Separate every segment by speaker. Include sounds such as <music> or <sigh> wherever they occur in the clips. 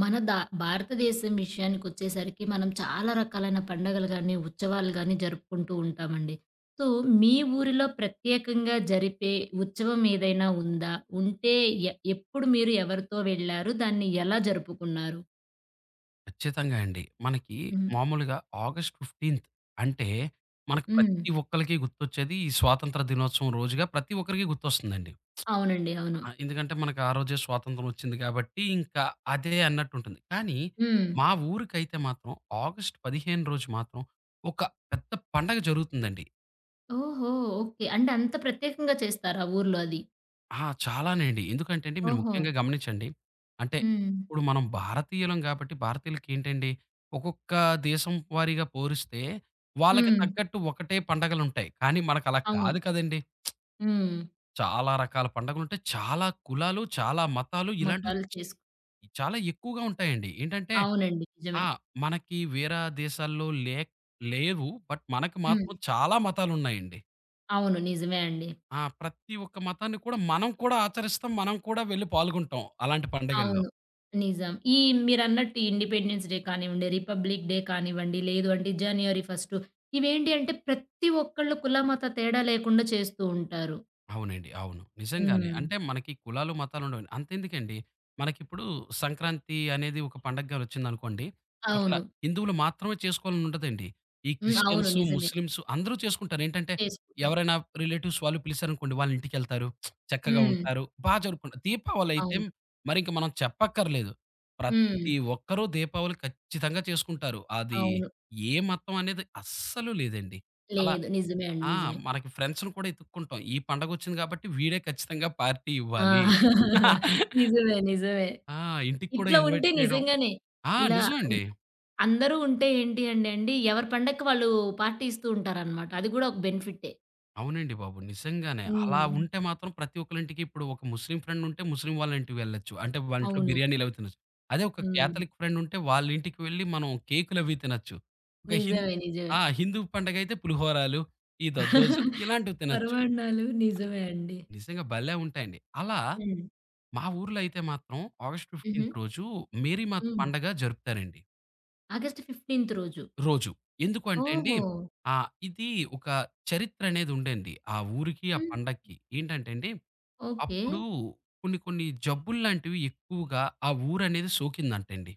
Speaker 1: మన దా భారతదేశం విషయానికొచ్చేసరికి మనం చాలా రకాలైన పండగలు గానీ, ఉత్సవాలు గానీ జరుపుకుంటూ ఉంటామండి. సో, మీ ఊరిలో ప్రత్యేకంగా జరిపే ఉత్సవం ఏదైనా ఉందా? ఉంటే ఎప్పుడు మీరు ఎవరితో వెళ్లారు? దాన్ని ఎలా జరుపుకున్నారు?
Speaker 2: ఖచ్చితంగా అండి. మనకి
Speaker 1: హ్మ్.
Speaker 2: మామూలుగా ఆగస్ట్ 15థ్ అంటే మనకు
Speaker 1: హ్మ్.
Speaker 2: ప్రతి ఒక్కళ్ళకి గుర్తొచ్చేది ఈ స్వాతంత్ర దినోత్సవం రోజుగా ప్రతి ఒక్కరికి గుర్తొస్తుందండి.
Speaker 1: అవునండి. అవును.
Speaker 2: ఎందుకంటే మనకు ఆ రోజే స్వాతంత్రం వచ్చింది కాబట్టి ఇంకా అదే అన్నట్టుంటుంది. కానీ
Speaker 1: హ్మ్.
Speaker 2: మా ఊరికైతే మాత్రం ఆగస్ట్ 15 రోజు మాత్రం ఒక పెద్ద పండగ జరుగుతుందండి.
Speaker 1: ఓహో! ఓకే. అంటే అంత ప్రత్యేకంగా చేస్తారా ఊర్లో అది?
Speaker 2: చాలానేండి. ఎందుకంటే అండి మీరు
Speaker 1: ఓహో!
Speaker 2: ముఖ్యంగా గమనించండి. అంటే
Speaker 1: హ్మ్.
Speaker 2: ఇప్పుడు మనం భారతీయులం గాబట్టి భారతీయులకేంటండి ఒక్కొక్క దేశం వారీగా పోలిస్తే వాళ్ళకి
Speaker 1: హ్మ్.
Speaker 2: తగ్గట్టు ఒకటే పండగలుంటాయి. కానీ మనకలా
Speaker 1: అవును.
Speaker 2: కాదు కదండీ.
Speaker 1: హ్మ్.
Speaker 2: చాలా రకాల పండగలుంటాయి. చాలా కులాలు, చాలా మతాలు ఇలాంటివి
Speaker 1: మొత్తాలు చేసుకు.
Speaker 2: చాలా ఎక్కువగా ఉంటాయండి. ఏంటంటే
Speaker 1: అవునండి. నిజమే.
Speaker 2: ఆ! మనకి వేరే దేశాల్లో లేవు. బట్ మనకి
Speaker 1: హ్మ్.
Speaker 2: మాత్రం చాలా మతాలున్నాయండి.
Speaker 1: అవును. నిజమే అండి.
Speaker 2: ప్రతి ఒక్క మతాన్ని కూడా మనం కూడా ఆచరిస్తాం. మనం కూడా వెళ్లి పాల్గొంటాం అలాంటి పండగల్లో.
Speaker 1: అవును. నిజం. ఈ మీరన్నట్టు ఈ ఇండిపెండెన్స్ డే కానివ్వండి, రిపబ్లిక్ డే కానివ్వండి, లేదు అంటే జనవరి ఫస్టు ఇవేంటి అంటే ప్రతి ఒక్కళ్ళు కుల, మత తేడా లేకుండా చేస్తూ ఉంటారు.
Speaker 2: అవునండి. అవును. నిజంగానే.
Speaker 1: హ్మ్.
Speaker 2: అంటే మనకి కులాలు, మతాలు ఉండవండి. అంతెందుకండి, మనకిప్పుడు సంక్రాంతి అనేది ఒక పండగగా వచ్చిందనుకోండి, అక్కడ
Speaker 1: అవును.
Speaker 2: హిందువులు మాత్రమే చేసుకోవాలని ఉండదండి. ఈ
Speaker 1: హ్మ్. అవును.
Speaker 2: క్రిస్టియన్సు,
Speaker 1: నిజమే.
Speaker 2: ముస్లిమ్సు అందరూ చేసుకుంటారు. ఏంటంటే,
Speaker 1: చేసుకుంటారు.
Speaker 2: ఎవరైనా రిలేటివ్స్ వాళ్ళు పిలిచారనుకోండి, వాళ్ళ ఇంటికెళ్తారు. చక్కగా
Speaker 1: హ్మ్.
Speaker 2: ఉంటారు. బా జరుపుకుంటారు. దీపావళైతే
Speaker 1: అవును.
Speaker 2: మరింక మనం చెప్పక్కర్లేదు.
Speaker 1: హ్మ్.
Speaker 2: ప్రతి ఒక్కరూ దీపావళి ఖచ్చితంగా చేసుకుంటారు. అది
Speaker 1: అవును.
Speaker 2: ఏ మతం అనేది అస్సలు లేదండి. అలా
Speaker 1: లేదు. నిజమే అండి.
Speaker 2: ఆ!
Speaker 1: నిజమే.
Speaker 2: మనకి ఫ్రెండ్స్‌ని కూడా ఎతుక్కుంటాం. ఈ పండగొచ్చింది కాబట్టి వీడే ఖచ్చితంగా పార్టీ
Speaker 1: ఆ!
Speaker 2: ఇవ్వాలి.
Speaker 1: <laughs> నిజమే. నిజమే.
Speaker 2: ఆ! ఇంటికి కూడా
Speaker 1: ఇట్లా ఉంటే
Speaker 2: ఇన్వైట్ చేయడం.
Speaker 1: నిజంగానే ఇలా అన్
Speaker 2: నిజమండి.
Speaker 1: అందరూ ఉంటే ఏంటి అంటే అండి, ఎవరి పండక్కి వాళ్ళు పార్టీ ఇస్తూ ఉంటారనమాట. అది గూడా ఒక బెనిఫిట్టే.
Speaker 2: అవునండి బాబు. నిజంగానే. అలా
Speaker 1: హ్మ్.
Speaker 2: ఉంటే మాత్రం ప్రతి ఒక్కళ్ళింటికి ఇప్పుడు ఒక ముస్లిం ఫ్రెండ్ ఉంటే ముస్లిం వాళ్ళ ఇంటికి వెళ్ళొచ్చు. అంటే వాళ్ళ ఇంట్లో
Speaker 1: అవును.
Speaker 2: బిర్యానీలు అవి తినొచ్చు. అదే ఒక
Speaker 1: హ్మ్.
Speaker 2: క్యాథలిక్ ఫ్రెండ్ ఉంటే వాళ్ళ ఇంటికి వెళ్లి మనం కేకులు అవి తినొచ్చు. ఒక హిం
Speaker 1: నిజమే. నిజమే.
Speaker 2: హిందూ పండగ అయితే పులిహోరాలు, ఈ దద్దోజనం
Speaker 1: <laughs>
Speaker 2: ఇలాంటివి తినొచ్చు.
Speaker 1: పర్వదినాలు నిజమే అండి.
Speaker 2: నిజంగా భలే ఉంటాయండి. అలా
Speaker 1: హ్మ్.
Speaker 2: మా ఊర్లో అయితే మాత్రం ఆగస్ట్
Speaker 1: హుహు.
Speaker 2: 15 రోజు మేరీమాత
Speaker 1: హ్మ్.
Speaker 2: పండగ జరుపుతారండి
Speaker 1: ఆగస్టు 15వ రోజు.
Speaker 2: రోజు. ఎందుకు అంటే అండి
Speaker 1: ఓహో!
Speaker 2: ఇది ఒక చరిత్ర అనేది ఉండేండి. ఆ ఊరికి, ఆ
Speaker 1: హ్మ్.
Speaker 2: పండక్కి. ఏంటంటే అండి,
Speaker 1: ఓకే.
Speaker 2: అప్పుడు కొన్ని కొన్ని జబ్బుల్లాంటివి ఎక్కువగా ఆ ఊరనేది సోకిందంటండి.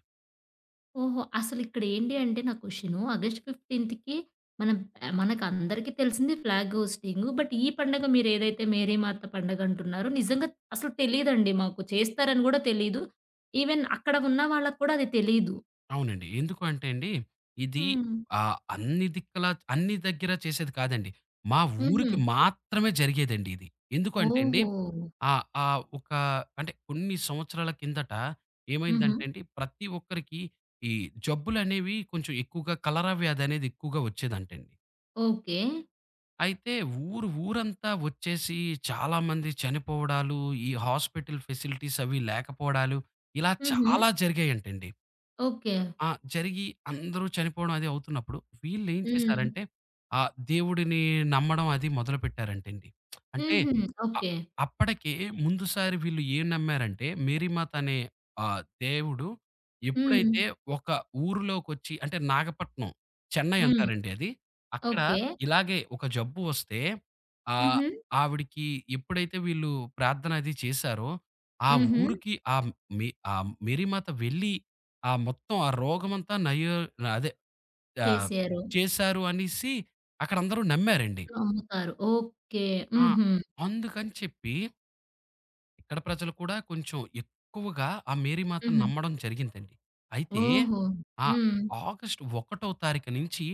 Speaker 1: ఓహో! అసలిక్కడ ఏంటి అంటే నా క్వెషను ఆగస్టు 15వకి మనం ఆహ్, మనకందరికీ తెలిసింది ఫ్లాగ్ హోస్టింగు. బట్ ఈ పండగ మీరేదైతే మేరీమాత పండగ అంటున్నారో నిజంగా అసలు తెలీదండి మాకు. చేస్తారని గూడా తెలీదు. ఈవెన్ అక్కడ ఉన్న వాళ్ళకి కూడా అది తెలీదు.
Speaker 2: అవునండి. ఎందుకు అంటే అండి, ఇది
Speaker 1: హ్మ్.
Speaker 2: అన్ని దిక్కుల అన్ని దగ్గర చేసేది కాదండి. మా
Speaker 1: హుహు.
Speaker 2: ఊరికి మాత్రమే జరిగేదండి ఇది. ఎందుకు అంటే అండి,
Speaker 1: ఓహో!
Speaker 2: ఆహ్, ఆహ్, ఒక అంటే కొన్ని సంవత్సరాల కిందట
Speaker 1: హుహు.
Speaker 2: ఏమైందంటే అండి, ప్రతి ఒక్కరికి ఈ జబ్బులనేవి కొంచెం ఎక్కువగా కలరా వ్యాధనేది ఎక్కువగా వచ్చేదంటండి.
Speaker 1: ఓకే.
Speaker 2: అయితే ఊరు ఊరంతా వచ్చేసి చాలామంది చనిపోవడాలు, ఈ హాస్పిటల్ ఫెసిలిటీస్ అవి లేకపోవడాలు ఇలా
Speaker 1: హుహు.
Speaker 2: చాలా జరిగాయంటండి.
Speaker 1: ఓకే.
Speaker 2: ఆ! జరిగి అందరూ చనిపోవడం అది అవుతున్నప్పుడు, వీళ్ళేం
Speaker 1: హ్మ్.
Speaker 2: చేశారంటే, దేవుడిని నమ్మడం అది మొదలుపెట్టారంటండి. అంటే
Speaker 1: హుహు.
Speaker 2: అ
Speaker 1: ఓకే.
Speaker 2: అప్పటికే ముందుసారి వీళ్ళు ఏం నమ్మారంటే, మేరీమాత అనే దేవుడు
Speaker 1: హ్మ్.
Speaker 2: ఎప్పుడైతే ఒక ఊరిలోకొచ్చి అంటే నాగపట్నం, చెన్నై
Speaker 1: హ్మ్.
Speaker 2: అంటారండి అది. అక్కడ
Speaker 1: ఓకే.
Speaker 2: ఇలాగే ఒక జబ్బు వస్తే, ఆహ్,
Speaker 1: హుహు.
Speaker 2: ఆవిడకి ఎప్పుడైతే వీళ్ళు ప్రార్థన అది చేశారో, ఆ
Speaker 1: హుహు.
Speaker 2: ఊరికి ఆ మే ఆ మేరీమాత వెళ్ళి ఆ మొత్తం ఆ రోగమంతా నయో అదే ఆహ్,
Speaker 1: చేసారు.
Speaker 2: చేశారు అనేసి అక్కడందరూ నమ్మారండి.
Speaker 1: అమ్ముతారు. ఓకే.
Speaker 2: ఆ!
Speaker 1: హుహు.
Speaker 2: అందుకని చెప్పి ఇక్కడ ప్రజలు కూడా కొంచెం ఎక్కువగా ఆ మేరీ మాతను
Speaker 1: హుహు.
Speaker 2: నమ్మడం జరిగిందండి. అయితే
Speaker 1: ఓహో!
Speaker 2: ఆ
Speaker 1: హ్మ్.
Speaker 2: ఆగస్టు 1 తారీఖు నుంచి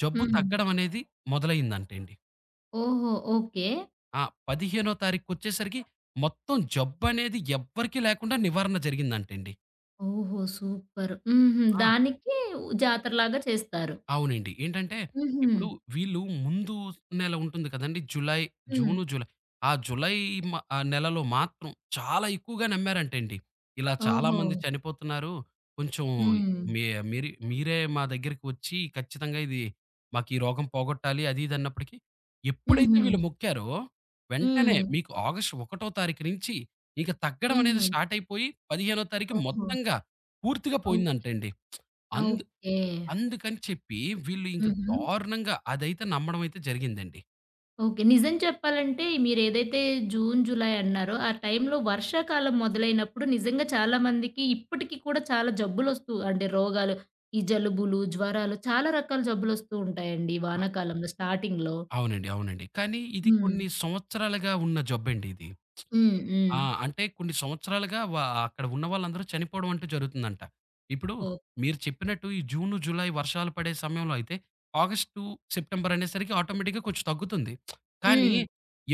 Speaker 2: జబ్బు
Speaker 1: హ్మ్.
Speaker 2: తగ్గడం అనేది మొదలైందంటండి.
Speaker 1: ఓహో! ఓకే.
Speaker 2: ఆ! 15 తారీఖొచ్చేసరికి మొత్తం జబ్బనేది ఎవ్వరికీ లేకుండా నివారణ జరిగిందంటండి.
Speaker 1: ఓహో! సూపర్. హుహు.
Speaker 2: ఆ!
Speaker 1: దానికి జాతరలాగా చేస్తారు.
Speaker 2: అవునండి. ఏంటంటే
Speaker 1: హుహు.
Speaker 2: ఇప్పుడు వీళ్ళు ముందు నెల ఉంటుంది కదండీ! జులై,
Speaker 1: హ్మ్.
Speaker 2: June, July. ఆ జులై నెలలో మాత్రం చాలా ఎక్కువగా నమ్మారంటండి. ఇలా
Speaker 1: ఓహో!
Speaker 2: చాలామంది చనిపోతున్నారు. కొంచెం
Speaker 1: హ్మ్.
Speaker 2: మీ మీరి మీరే మా దగ్గరికి వచ్చి ఖచ్చితంగా ఇది మాకు ఈ రోగం పోగొట్టాలి అది ఇది అన్నప్పటికి, ఎప్పుడైతే
Speaker 1: హుహు.
Speaker 2: వీళ్ళు మొక్కారో వెంటనే
Speaker 1: హ్మ్.
Speaker 2: మీకు ఆగస్ట్ 1 తారీఖు నుంచి ఇక తగ్గడం అనేది
Speaker 1: హుహు.
Speaker 2: స్టార్ట్ అయిపోయి 15 తారీఖు
Speaker 1: ఓహో!
Speaker 2: మొత్తంగా పూర్తిగా
Speaker 1: ఓహ్!
Speaker 2: పోయిందంటండి.
Speaker 1: ఓకే.
Speaker 2: అందుకని చెప్పి వీళ్ళు ఇంక
Speaker 1: హుహు.
Speaker 2: దారుణంగా అదైతే నమ్మడం అయితే జరిగిందండి.
Speaker 1: ఓకే. నిజం చెప్పాలంటే మీరేదైతే జూన్, జులై అన్నారో ఆ టైంలో వర్షాకాలం మొదలైనప్పుడు నిజంగా చాలామందికి ఇప్పటికి కూడా చాలా జబ్బులొస్తూ అంటే రోగాలు ఈ జలుబులు, జ్వరాలు చాలా రకాల జబ్బులొస్తూ ఉంటాయండి ఈ
Speaker 2: అ
Speaker 1: వానాకాలంలో స్టార్టింగ్‌లో.
Speaker 2: అవునండి. అవునండి. కానీ ఇది
Speaker 1: హ్మ్.
Speaker 2: కొన్ని సంవత్సరాలుగా ఉన్న జబ్బండి ఇది.
Speaker 1: హ్మ్. హ్మ్.
Speaker 2: ఆ! అంటే కొన్ని సంవత్సరాలుగా అక్కడ ఉన్న వాళ్ళందరూ చనిపోవడం అంటూ జరుగుతుందంట. ఇప్పుడు
Speaker 1: ఓహ్!
Speaker 2: మీరు చెప్పినట్టు ఈ జూను, జులై వర్షాలు పడే సమయంలో అయితే ఆగస్టు, సెప్టెంబర్ అనేసరికి ఆటోమేటిక్‌గా కొంచెం తగ్గుతుంది. కానీ
Speaker 1: హ్మ్.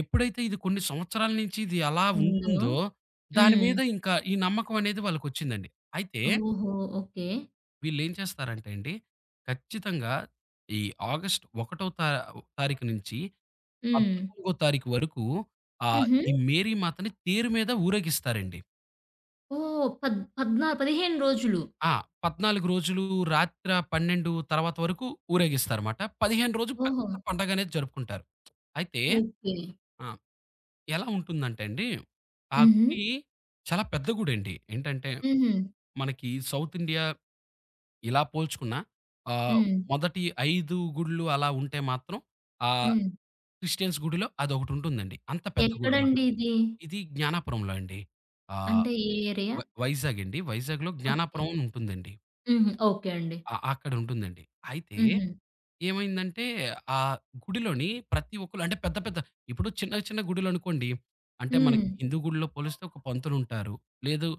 Speaker 2: ఎప్పుడైతే ఇది కొన్ని సంవత్సరాల నుంచి ఇది అలా
Speaker 1: ఉందో.
Speaker 2: ఉంటుందో దాని
Speaker 1: హ్మ్.
Speaker 2: మీద ఇంకా ఈ నమ్మకం అనేది వాళ్ళకొచ్చిందండి. అయితే
Speaker 1: ఓహో! ఓకే.
Speaker 2: వీళ్ళేం చేస్తారంటే అండి, ఖచ్చితంగా ఈ ఆగస్ట్ 1 తా తారీఖు నుంచి
Speaker 1: హ్మ్.
Speaker 2: 14 తారీఖు వరకు
Speaker 1: హుహు.
Speaker 2: ఈ మేరీ మాతని తేరు మీద ఊరేగిస్తారండి.
Speaker 1: ఓహ్! పద్ పద్నా 15 రోజులు.
Speaker 2: ఆ! 14 రోజులు రాత్ర 12 తర్వాత వరకు ఊరేగిస్తారమాట. 15 రోజు
Speaker 1: ఓహో!
Speaker 2: పెద్ద పండగనేది జరుపుకుంటారు. అయితే
Speaker 1: ఓకే.
Speaker 2: ఆ! ఎలా ఉంటుందంటే అండి, ఆ
Speaker 1: హుహు.
Speaker 2: గుడి చాలా పెద్ద గుడండి. ఏంటంటే,
Speaker 1: హుహు.
Speaker 2: మనకి సౌత్ ఇండియా ఇలా పోల్చుకున్నా ఆహ్,
Speaker 1: హ్మ్.
Speaker 2: మొదటి 5 గుడులు అలా ఉంటే మాత్రం ఆహ్,
Speaker 1: హ్మ్.
Speaker 2: క్రిస్టియన్స్ గుడిలో అదొకటుంటుందండి. అంత పెద్ద గుడిమాట.
Speaker 1: ఎక్కడండి ఇది?
Speaker 2: ఇది జ్ఞానాపురంలో అండి. ఆహ్,
Speaker 1: అంటే ఏ ఏరియా?
Speaker 2: వైజాగ్ అండి. వైజాగ్‌లో
Speaker 1: ఓకే.
Speaker 2: జ్ఞానాపురం అని ఉంటుందండి.
Speaker 1: హుహు. ఓకే అండి.
Speaker 2: అక్కడుంటుందండి. అయితే
Speaker 1: హుహు.
Speaker 2: ఏమైందంటే, ఆ గుడిలోని ప్రతి ఒక్కళ్ళు అంటే పెద్ద పెద్ద ఇప్పుడు చిన్న చిన్న గుడులనుకోండి. అంటే
Speaker 1: హ్మ్.
Speaker 2: మనకి హిందూ గుడిలో పోలిస్తే ఒక పంతులుంటారు. లేదు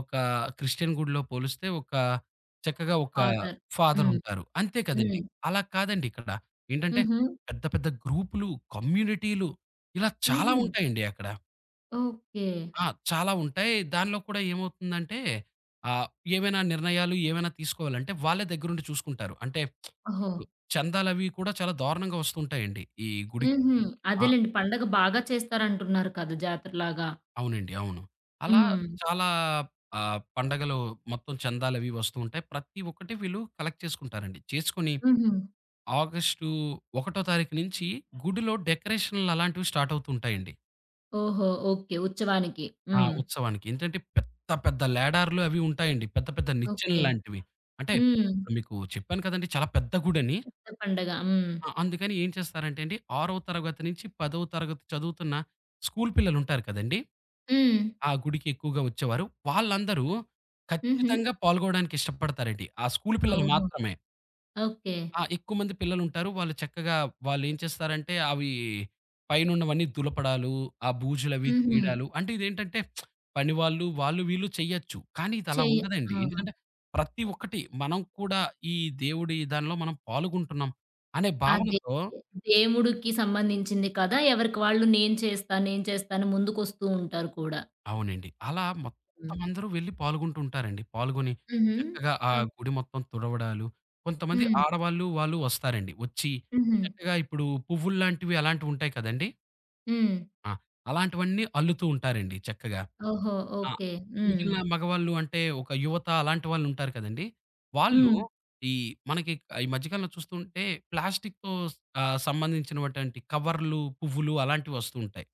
Speaker 2: ఒక క్రిస్టియన్ గుడిలో పోలిస్తే ఒక చక్కగా ఒక
Speaker 1: ఫాదర్. హ్మ్.
Speaker 2: ఫాదరుంటారు. అంతే కదండీ!
Speaker 1: హ్మ్.
Speaker 2: అలా కాదండి ఇక్కడ. ఏంటంటే
Speaker 1: హుహు.
Speaker 2: పెద్ద పెద్ద గ్రూపులు, కమ్యూనిటీలు ఇలా చాలా
Speaker 1: హుహు.
Speaker 2: ఉంటాయండి అక్కడ.
Speaker 1: ఓకే.
Speaker 2: ఆ! చాలా ఉంటాయి. దానిలో కూడా ఏమవుతుందంటే ఆహ్, ఏవైనా నిర్ణయాలు ఏవైనా తీసుకోవాలంటే వాళ్ళే దగ్గరుండి చూసుకుంటారు. అంటే
Speaker 1: ఓహో!
Speaker 2: ఇప్పుడు చందాలవి కూడా చాలా దారుణంగా వస్తుంటాయండి ఈ గుడికి.
Speaker 1: హుహు.
Speaker 2: ఆ!
Speaker 1: అదేలెండి. పండగ బాగా చేస్తారంటున్నారు కదా! జాతరలాగా.
Speaker 2: అవునండి. అవును. అలా
Speaker 1: హ్మ్.
Speaker 2: చాలా పండగలు మొత్తం చందాలవి వస్తూ ఉంటాయి. ప్రతి ఒక్కటి వీళ్ళు కలెక్ట్ చేసుకుంటారండి. చేసుకొని
Speaker 1: హుహు.
Speaker 2: ఆగస్టు 1 తారీఖు నుంచి గుడిలో డెకరేషన్‌లు అలాంటివి స్టార్ట్ అవుతూ ఉంటాయండి.
Speaker 1: ఓహో! ఓకే. ఉత్సవానికి. హ్మ్.
Speaker 2: ఉత్సవానికి. ఏంటంటే పెద్ద పెద్ద లేడార్లు అవి ఉంటాయండి. పెద్ద పెద్ద నిచ్చెన
Speaker 1: ఓకే.
Speaker 2: లాంటివి. అంటే
Speaker 1: హ్మ్.
Speaker 2: ఇప్పుడు మీకు చెప్పాను కదండీ చాలా పెద్ద గుడని.
Speaker 1: పెద్ద పండగ. హ్మ్.
Speaker 2: అందుకని ఏం చేస్తారంటే అండి, 6వ తరగతి నుంచి 10వ తరగతి చదువుతున్న స్కూల్ పిల్లలుంటారు కదండీ!
Speaker 1: హ్మ్.
Speaker 2: ఆ గుడికి ఎక్కువగా వచ్చేవారు. వాళ్ళందరూ
Speaker 1: హుహు.
Speaker 2: ఖచ్చితంగా పాల్గొవడానికి ఇష్టపడతారండి. ఆ స్కూల్ పిల్లలు
Speaker 1: ఓహో!
Speaker 2: మాత్రమే.
Speaker 1: ఓకే.
Speaker 2: ఎక్కువ మంది పిల్లలుంటారు. వాళ్ళు చక్కగా వాళ్ళేం చేస్తారంటే, అవి పైనున్నవన్నీ దులపడాలు, ఆ బూజులవి
Speaker 1: హుహు.
Speaker 2: తీయడాలు అంటే ఇదేంటంటే, పని వాళ్ళు, వాళ్ళు వీళ్ళు చెయ్యొచ్చు. కానీ ఇదలా
Speaker 1: చెయ్య
Speaker 2: ఉండదండి.
Speaker 1: ఆ!
Speaker 2: ఎందుకంటే, ప్రతి ఒక్కటి మనం కూడా ఈ దేవుడి దానిలో మనం పాల్గొంటున్నాం అనే
Speaker 1: అదే.
Speaker 2: భావనతో
Speaker 1: దేవుడికి సంబంధించింది కదా! ఎవరికి వాళ్ళు నేను చేస్తా, నేను చేస్తాను ముందుకొస్తూ ఉంటారు కూడా.
Speaker 2: అవునండి. అలా
Speaker 1: హ్మ్.
Speaker 2: మొత్తమందరూ వెళ్లి పాల్గొంటూ ఉంటారండి. పాల్గొని
Speaker 1: హుహు.
Speaker 2: చక్కగా ఆ
Speaker 1: ఓహ్!
Speaker 2: గుడి మొత్తం తుడవడాలు, కొంతమంది
Speaker 1: హ్మ్.
Speaker 2: ఆడవాళ్ళు, వాళ్ళు వస్తారండి. వచ్చి
Speaker 1: హుహు.
Speaker 2: చక్కగా ఇప్పుడు పువ్వుల్లాంటివి అలాంటివుంటాయి కదండీ!
Speaker 1: హ్మ్.
Speaker 2: ఆ! అలాంటివన్నీ అల్లుతూ ఉంటారండి చక్కగా.
Speaker 1: ఓహో!
Speaker 2: ఆ!
Speaker 1: ఓకే. హ్మ్.
Speaker 2: మిగిలిన మగవాళ్ళు అంటే ఒక యువత అలాంటి వాళ్ళుంటారు కదండీ! వాళ్ళు
Speaker 1: హ్మ్.
Speaker 2: ఈ మనకి ఈ మధ్య కాలంలో చూస్తుంటే ప్లాస్టిక్‌తో సంబంధించినటువంటి కవర్లు, పువ్వులు అలాంటివి వస్తూ ఉంటాయి.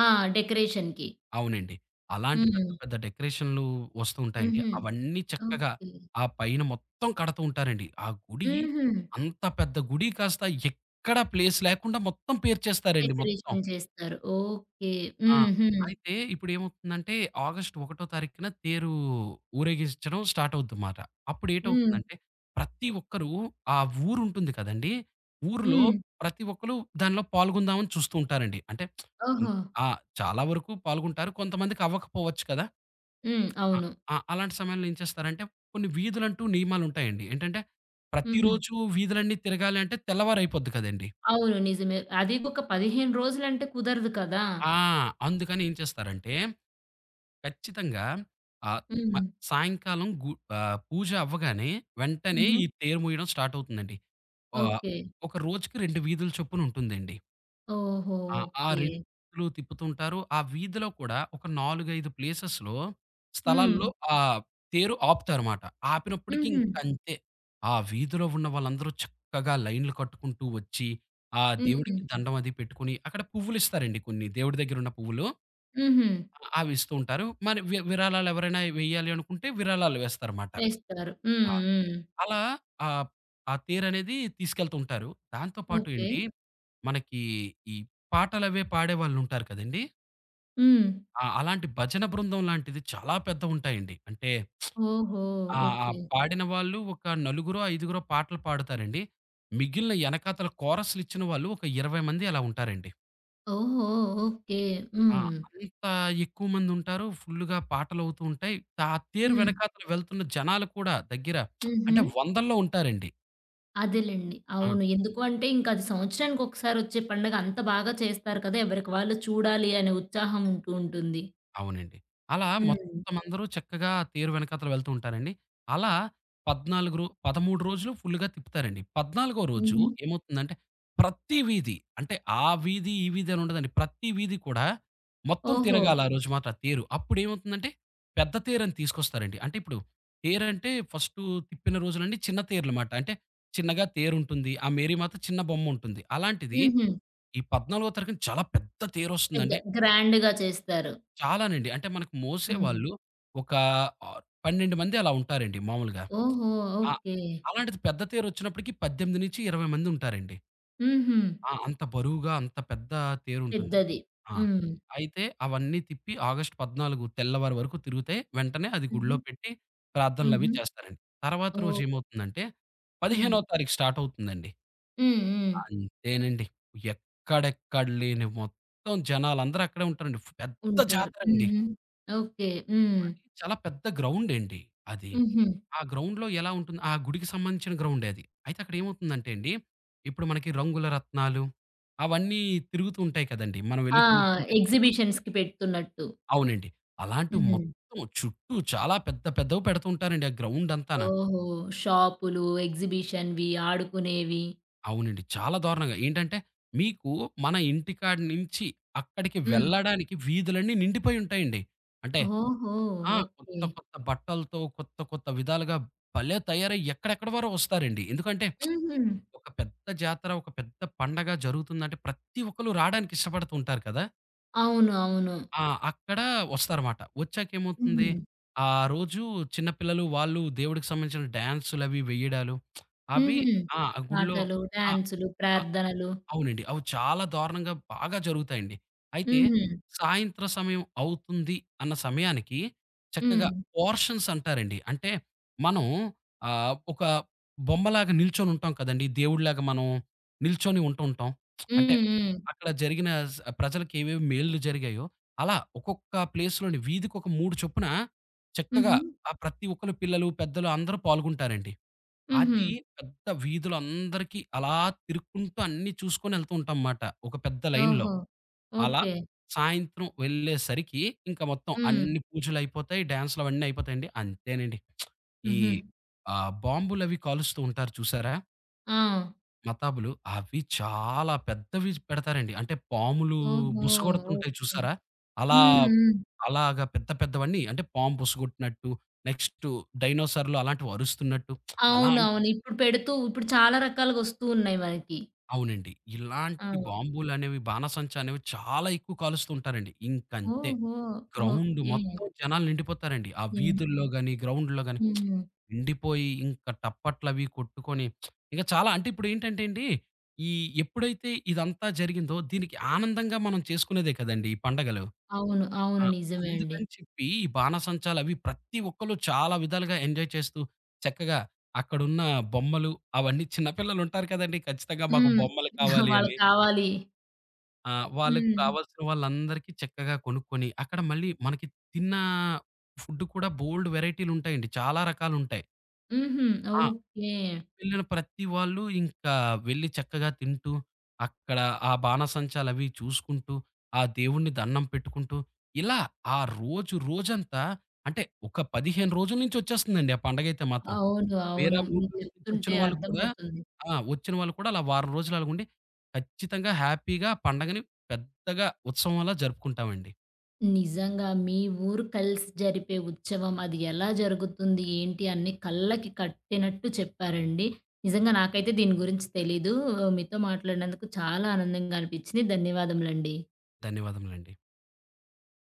Speaker 1: ఆ! డెకరేషన్‌కి.
Speaker 2: అవునండి. అలాంటి పెద్ద
Speaker 1: హ్మ్.
Speaker 2: పెద్ద డెకరేషన్‌లు వస్తూ ఉంటాయండి.
Speaker 1: హుహు.
Speaker 2: అవన్నీ చక్కగా
Speaker 1: ఓకే.
Speaker 2: ఆ పైన మొత్తం కడతూ ఉంటారండి. ఆ గుడి
Speaker 1: హుహు.
Speaker 2: అంత పెద్ద గుడి కాస్త ఎక్కడ ప్లేస్ లేకుండా మొత్తం పేర్చేస్తారండి మొత్తం.
Speaker 1: డెకరేషన్ చేస్తారు. ఓకే.
Speaker 2: ఆ!
Speaker 1: హుహు.
Speaker 2: అయితే ఇప్పుడేమవుతుందంటే ఆగస్టు 1 తారీఖున తేరు ఊరేగించడం స్టార్ట్ అవుద్దిమాట.
Speaker 1: హ్మ్.
Speaker 2: అప్పుడేటవుతుందంటే ప్రతి ఒక్కరు ఆ ఊరుంటుంది కదండీ! ఊరిలో
Speaker 1: హ్మ్.
Speaker 2: ప్రతి ఒక్కళ్ళు దానిలో పాల్గొందామని చూస్తూ ఉంటారండి. అంటే కొం
Speaker 1: ఓహో!
Speaker 2: ఆ! చాలా వరకు పాల్గొంటారు. కొంతమందికి అవ్వకపోవచ్చు కదా!
Speaker 1: హ్మ్.
Speaker 2: ఆ!
Speaker 1: అవును.
Speaker 2: ఆ! అలాంటి సమయంలో ఏం చేస్తారంటే కొన్ని వీధులంటూ నియమాలుంటాయండి. ఏంటంటే
Speaker 1: హుహు.
Speaker 2: ప్రతిరోజు వీధులన్నీ తిరగాలి అంటే తెల్లవారైపోద్ది కదండీ!
Speaker 1: అవును. నిజమే. అది ఒక 15 రోజులంటే కుదరదు కదా!
Speaker 2: ఆ! అందుకని ఏం చేస్తారంటే ఖచ్చితంగా. ఆహ్, మ
Speaker 1: హ్మ్.
Speaker 2: సాయంకాలం పూజ అవ్వగానే వెంటనే
Speaker 1: హుహు.
Speaker 2: ఈ తేరు మోయడం స్టార్ట్ అవుతుందండి. ఆహ్,
Speaker 1: ఓకే.
Speaker 2: ఒక రోజుకి 2 వీధుల చొప్పున ఉంటుందండి.
Speaker 1: ఓహో!
Speaker 2: ఆ! ఆ
Speaker 1: ఓకే.
Speaker 2: 2 వీధులు తిప్పుతుంటారు. ఆ వీధిలో కూడా ఒక 4, 5 ప్లేసెస్‌లో
Speaker 1: హ్మ్.
Speaker 2: స్థలాల్లో ఆ తేరు ఆపుతారుమాట. ఆపినప్పటికి
Speaker 1: హుహు.
Speaker 2: ఇంకంతే. ఆ వీధిలో ఉన్న వాళ్ళందరూ చక్కగా లైన్‌లు కట్టుకుంటూ వచ్చి, ఆ
Speaker 1: హ్మ్.
Speaker 2: దేవుడికి దండం అది పెట్టుకొని, అక్కడ పువ్వులిస్తారండి కొన్ని దేవుడి దగ్గరున్న పువ్వులు.
Speaker 1: హుహు.
Speaker 2: అవి ఇస్తూ ఉంటారు. మరి విరాళాలు ఎవరైనా వెయ్యాలి అనుకుంటే విరాళాలు వేస్తారమాట.
Speaker 1: వేస్తారు. హ్మ్.
Speaker 2: ఆ!
Speaker 1: హ్మ్.
Speaker 2: అలా ఆహ్, ఆ తేరనేది తీసుకెళ్తూ ఉంటారు. దాంతో పాటు
Speaker 1: ఓకే.
Speaker 2: ఏండి మనకి ఈ పాటలవే పాడేవాళ్ళుంటారు కదండీ!
Speaker 1: హ్మ్.
Speaker 2: అలాంటి భజన బృందం లాంటిది చాలా పెద్దవుంటాయండి. అంటే
Speaker 1: ఓహో!
Speaker 2: ఆ
Speaker 1: ఓకే.
Speaker 2: పాడిన వాళ్ళు ఒక నలుగురో, ఐదుగురో పాటలు పాడుతారండి. మిగిలిన ఎనకాతల కోరస్‌లిచ్చిన వాళ్ళు ఒక 20 మంది అలా ఉంటారండి.
Speaker 1: ఓహో! ఓకే.
Speaker 2: ఆ!
Speaker 1: హ్మ్.
Speaker 2: అంత ఎక్కువ మందుంటారు. ఫుల్లుగా పాటలవుతూ ఉంటాయి. ఆ తేరు
Speaker 1: హ్మ్.
Speaker 2: వెనకాతల వెళ్తున్న జనాలు కూడా దగ్గర
Speaker 1: హుహు.
Speaker 2: అంటే వందల్లో ఉంటారండి.
Speaker 1: అదేలెండి.
Speaker 2: ఆ!
Speaker 1: అవును. ఎందుకు అంటే ఇంక అది సంవత్సరానికి ఒకసారొచ్చే పండగ అంత బాగా చేస్తారు కదా! ఎవరికి వాళ్ళు చూడాలి అనే ఉత్సాహం ఉంటూ ఉంటుంది.
Speaker 2: అవునండి. అలా
Speaker 1: హ్మ్.
Speaker 2: మొత్తమందరూ చక్కగా తేరు వెనకాతల వెళ్తూ ఉంటారండి. అలా 14 రో 13 రోజులు ఫుల్లుగా తిప్పుతారండి. 14 రోజు
Speaker 1: హుహు.
Speaker 2: ఏమవుతుందంటే ప్రతి వీధి అంటే ఆ వీధి, ఈ వీధి అని ఉండదండి. ప్రతి వీధి కూడా మొత్తం
Speaker 1: ఓహో!
Speaker 2: తిరగాల ఆ రోజు మాత్రం ఆ తేరు. అప్పుడేమవుతుందంటే పెద్ద తేరని తీసుకొస్తారండి. అంటే ఇప్పుడు తేరంటే ఫస్టు తిప్పిన రోజులండి చిన్న తేరులమాట. అంటే చిన్నగా తేరుంటుంది. ఆ మేరీమాత చిన్న బొమ్ముంటుంది. అలాంటిది
Speaker 1: హుహు.
Speaker 2: ఈ 14 తారీఖున చాలా పెద్ద
Speaker 1: పెద్ద
Speaker 2: తేరొస్తుందండి.
Speaker 1: గ్రాండ్‌గా చేస్తారు.
Speaker 2: చాలానండి. అంటే మనకు
Speaker 1: హ్మ్.
Speaker 2: మోసేవాళ్ళు ఒక ఆహ్, 12 మంది అలా ఉంటారండి మామూలుగా.
Speaker 1: ఓహో!
Speaker 2: ఆ!
Speaker 1: ఓకే.
Speaker 2: అలాంటిది పెద్ద తేరొచ్చినప్పటికి 18-20 మందుంటారండి.
Speaker 1: హుహు.
Speaker 2: అంత బరువుగా అంత పెద్ద తేరుంటుంది.
Speaker 1: పెద్దది.
Speaker 2: ఆ!
Speaker 1: హ్మ్.
Speaker 2: అయితే అవన్నీ తిప్పి ఆగస్టు 14 తెల్లవారి వరకు తిరిగితే వెంటనే అది
Speaker 1: హుహు.
Speaker 2: గుడిలో పెట్టి ప్రార్థనలవి
Speaker 1: హుహు.
Speaker 2: చేస్తారండి. తర్వాత
Speaker 1: ఓహో!
Speaker 2: రోజేమవుతుందంటే
Speaker 1: హ్మ్.
Speaker 2: 15వ తారీఖు స్టార్ట్ అవుతుందండి.
Speaker 1: హ్మ్. హ్మ్.
Speaker 2: అంతేనండి. ఎక్కడెక్కడ లేని మొత్తం జనాలందరూ అక్కడే ఉంటారండి. పెద్ద
Speaker 1: ఉంటారు.
Speaker 2: జాతరండి.
Speaker 1: హుహు. ఓకే. హ్మ్.
Speaker 2: అది చాలా పెద్ద గ్రౌండండి అది.
Speaker 1: హుహు.
Speaker 2: ఆ గ్రౌండ్‌లో ఎలా ఉంటుంది ఆ గుడికి సంబంధించిన గ్రౌండే అది. అయితే అక్కడ ఏమవుతుందంటే అండి, ఇప్పుడు మనకి రంగుల రత్నాలు అవన్నీ తిరుగుతూ ఉంటాయి కదండీ! మనం
Speaker 1: ఆ!
Speaker 2: వెళ్లి కూర్చుంటే
Speaker 1: ఎగ్జిబిషన్స్‌కి పెడుతున్నట్టు.
Speaker 2: అవునండి. అలాంటివి
Speaker 1: హ్మ్.
Speaker 2: మొత్తం చుట్టూ చాలా పెద్ద పెద్దవి పెడుతూ ఉంటారండి ఆ గ్రౌండ్ అంతాన.
Speaker 1: ఓహో! షాపులు, ఎగ్జిబిషన్‌వి, ఆడుకునేవి.
Speaker 2: అవునండి. చాలా దారుణంగా. ఏంటంటే మీకు మన ఇంటికాడి నుంచి అక్కడికి
Speaker 1: హ్మ్.
Speaker 2: వెళ్ళడానికి వీధులన్నీ నిండిపోయి ఉంటాయండి. అంటే
Speaker 1: ఓహో! ఓకే.
Speaker 2: కొత్త కొత్త బట్టలతో కొత్త కొత్త విధాలుగా భలే తయారయ్యి ఎక్కడెక్కడి వారో వస్తారండి. ఎందుకంటే
Speaker 1: హుహు.
Speaker 2: ఒక పెద్ద జాతర, ఒక పెద్ద పండగ జరుగుతుందంటే ప్రతి ఒక్కళ్ళు రాడానికి ఇష్టపడుతూ ఉంటారు కదా!
Speaker 1: అవును. అవును.
Speaker 2: ఆ! అక్కడ వస్తారమాట. వచ్చాకేమవుతుంది,
Speaker 1: హుహు.
Speaker 2: ఆ రోజు చిన్న పిల్లలు వాళ్ళు దేవుడికి సంబంధించిన డాన్సులవి వేయడాలు అవి
Speaker 1: హుహు.
Speaker 2: ఆ! గుడిలో
Speaker 1: పాటలు,
Speaker 2: ఆ! గుడిలో
Speaker 1: డాన్సులు, ప్రార్థనలు.
Speaker 2: అవునండి. అవి చాలా దారుణంగా బాగా జరుగుతాయండి. అయితే
Speaker 1: హుహు.
Speaker 2: సాయంత్ర సమయం అవుతుంది అన్న సమయానికి చక్కగా
Speaker 1: హ్మ్.
Speaker 2: పోర్షన్స్ అంటారండి. అంటే మనం ఒక బొమ్మలాగా నిల్చొని ఉంటాం కదండీ! దేవుడిలాగా మనం నిల్చొని ఉంటూ ఉంటాం. అంటే
Speaker 1: హ్మ్. హ్మ్.
Speaker 2: అక్కడ జరిగిన ప్రజలకి ఏవేవి మేలులు జరిగాయో అలా ఒక్కొక్క ప్లేస్‌లోని వీధికొక 3 చొప్పున చక్కగా
Speaker 1: హుహు.
Speaker 2: ఆ ప్రతి ఒక్కళ్ళు పిల్లలు, పెద్దలు అందరూ పాల్గొంటారండి.
Speaker 1: హుహు.
Speaker 2: అది పెద్ద వీధులు అందరికీ అలా తిరుక్కుంటూ అన్నీ చూసుకొని ఎళ్తూ ఉంటాంమాట. ఒక పెద్ద లైన్‌లో.
Speaker 1: ఓహో!
Speaker 2: అలా
Speaker 1: ఓకే.
Speaker 2: సాయంత్రం వెళ్ళేసరికి ఇంకా మొత్తం
Speaker 1: హ్మ్.
Speaker 2: అన్ని పూజలయిపోతాయి. డాన్స్‌లవన్నీ అయిపోతాయండి. అంతేనండి. ఈ
Speaker 1: హుహు.
Speaker 2: బాంబులవి కాలుస్తూ ఉంటారు చూసారా?
Speaker 1: ఆ!
Speaker 2: మతాబులు. అవి చాలా పెద్దవి పెడతారండి. అంటే పాములు
Speaker 1: ఓహో!
Speaker 2: బుసగొడుతుంటాయి
Speaker 1: ఓకే.
Speaker 2: చూసారా? అలా
Speaker 1: హ్మ్. హ్మ్.
Speaker 2: అలాగా పెద్ద పెద్దవన్నీ అంటే పాము బుసగొట్టినట్టు, నెక్స్టు డైనోసార్‌లు అలాంటివి అరుస్తున్నట్టు అలా
Speaker 1: అవునవును. ఇప్పుడు పెడుతూ ఇప్పుడు చాలా రకాలుగొస్తూ ఉన్నాయి మనకి.
Speaker 2: అవునండి.
Speaker 1: ఆ!
Speaker 2: ఇలాంటి బాంబులనేవి, బాణసంచ అనేవి చాలా ఎక్కువ కాలుస్తుంటారండి. ఇంకంతే.
Speaker 1: ఓహో!
Speaker 2: Ground
Speaker 1: okay.
Speaker 2: మొత్తం జనాలు నిండిపోతారండి. ఆ
Speaker 1: ఎండి కు
Speaker 2: వీధుల్లో గాని, గ్రౌండ్‌లో గాని
Speaker 1: హ్మ్.
Speaker 2: నిండిపోయి ఇంకా టప్పట్లవి కొట్టుకొని ఇంకా చాలా అంటే ఇప్పుడేంటంటే అండి, ఈ ఎప్పుడైతే ఇదంతా జరిగిందో దీనికి ఆనందంగా మనం చేసుకునేదే కదండీ! ఈ పండగలు.
Speaker 1: అవును. అవును.
Speaker 2: ఆ!
Speaker 1: నిజమే అండి.
Speaker 2: అందుకని చెప్పి ఈ బాణాసంచాలవి ప్రతి ఒక్కళ్ళు చాలా విధాలుగా ఎంజాయ్ చేస్తూ, చక్కగా అక్కడున్న బొమ్మలు అవన్నీ చిన్న పిల్లలుంటారు కదండీ! ఖచ్చితంగా మాకు
Speaker 1: హ్మ్.
Speaker 2: బొమ్మలు
Speaker 1: <laughs>
Speaker 2: కావాలి
Speaker 1: వాళ్ళకి
Speaker 2: అని.
Speaker 1: కావాలి.
Speaker 2: వాళ్ళకి
Speaker 1: హ్మ్.
Speaker 2: కావాల్సిన వాళ్ళందరికీ చక్కగా కొనుక్కొని, అక్కడ మళ్ళీ మనకి తిన్న ఫుడ్ కూడా బోలెడు వేరైటీలుంటాయండి. చాలా రకాలుంటాయి.
Speaker 1: హుహు.
Speaker 2: ఆ!
Speaker 1: ఓకే.
Speaker 2: వెళ్ళిన ప్రతి వాళ్ళు ఇంకా వెళ్ళి చక్కగా తింటూ, అక్కడ ఆ బాణసంచాలవి చూసుకుంటూ, ఆ దేవుడిని దండం పెట్టుకుంటూ, ఇలా ఆ రోజు రోజంతా అంటే ఒక 15 రోజుల నుంచి వచ్చేస్తుందండి ఆ పండగైతే మాత్రం.
Speaker 1: అవును.
Speaker 2: వేరే
Speaker 1: అవును. మీరు
Speaker 2: ఊర్ల నుంచి వచ్చిన
Speaker 1: చెప్తుంటే
Speaker 2: వాళ్ళు కూడా
Speaker 1: అర్థమవుతుంది.
Speaker 2: వచ్చిన వాళ్ళు కూడా అలా వారం రోజులు అలాగుండి, ఖచ్చితంగా హ్యాపీగా పండగని పెద్దగా ఉత్సవంలా జరుపుకుంటామండి.
Speaker 1: నిజంగా మీ ఊరు కలిసి జరిపే ఉత్సవం అది ఎలా జరుగుతుంది? ఏంటి? అన్నీ కళ్ళకి కట్టినట్టు చెప్పారండి. నిజంగా నాకైతే దీని గురించి తెలీదు. మీతో మాట్లాడినందుకు చాలా ఆనందంగా అనిపించింది. ధన్యవాదములండి.
Speaker 2: ధన్యవాదములండి.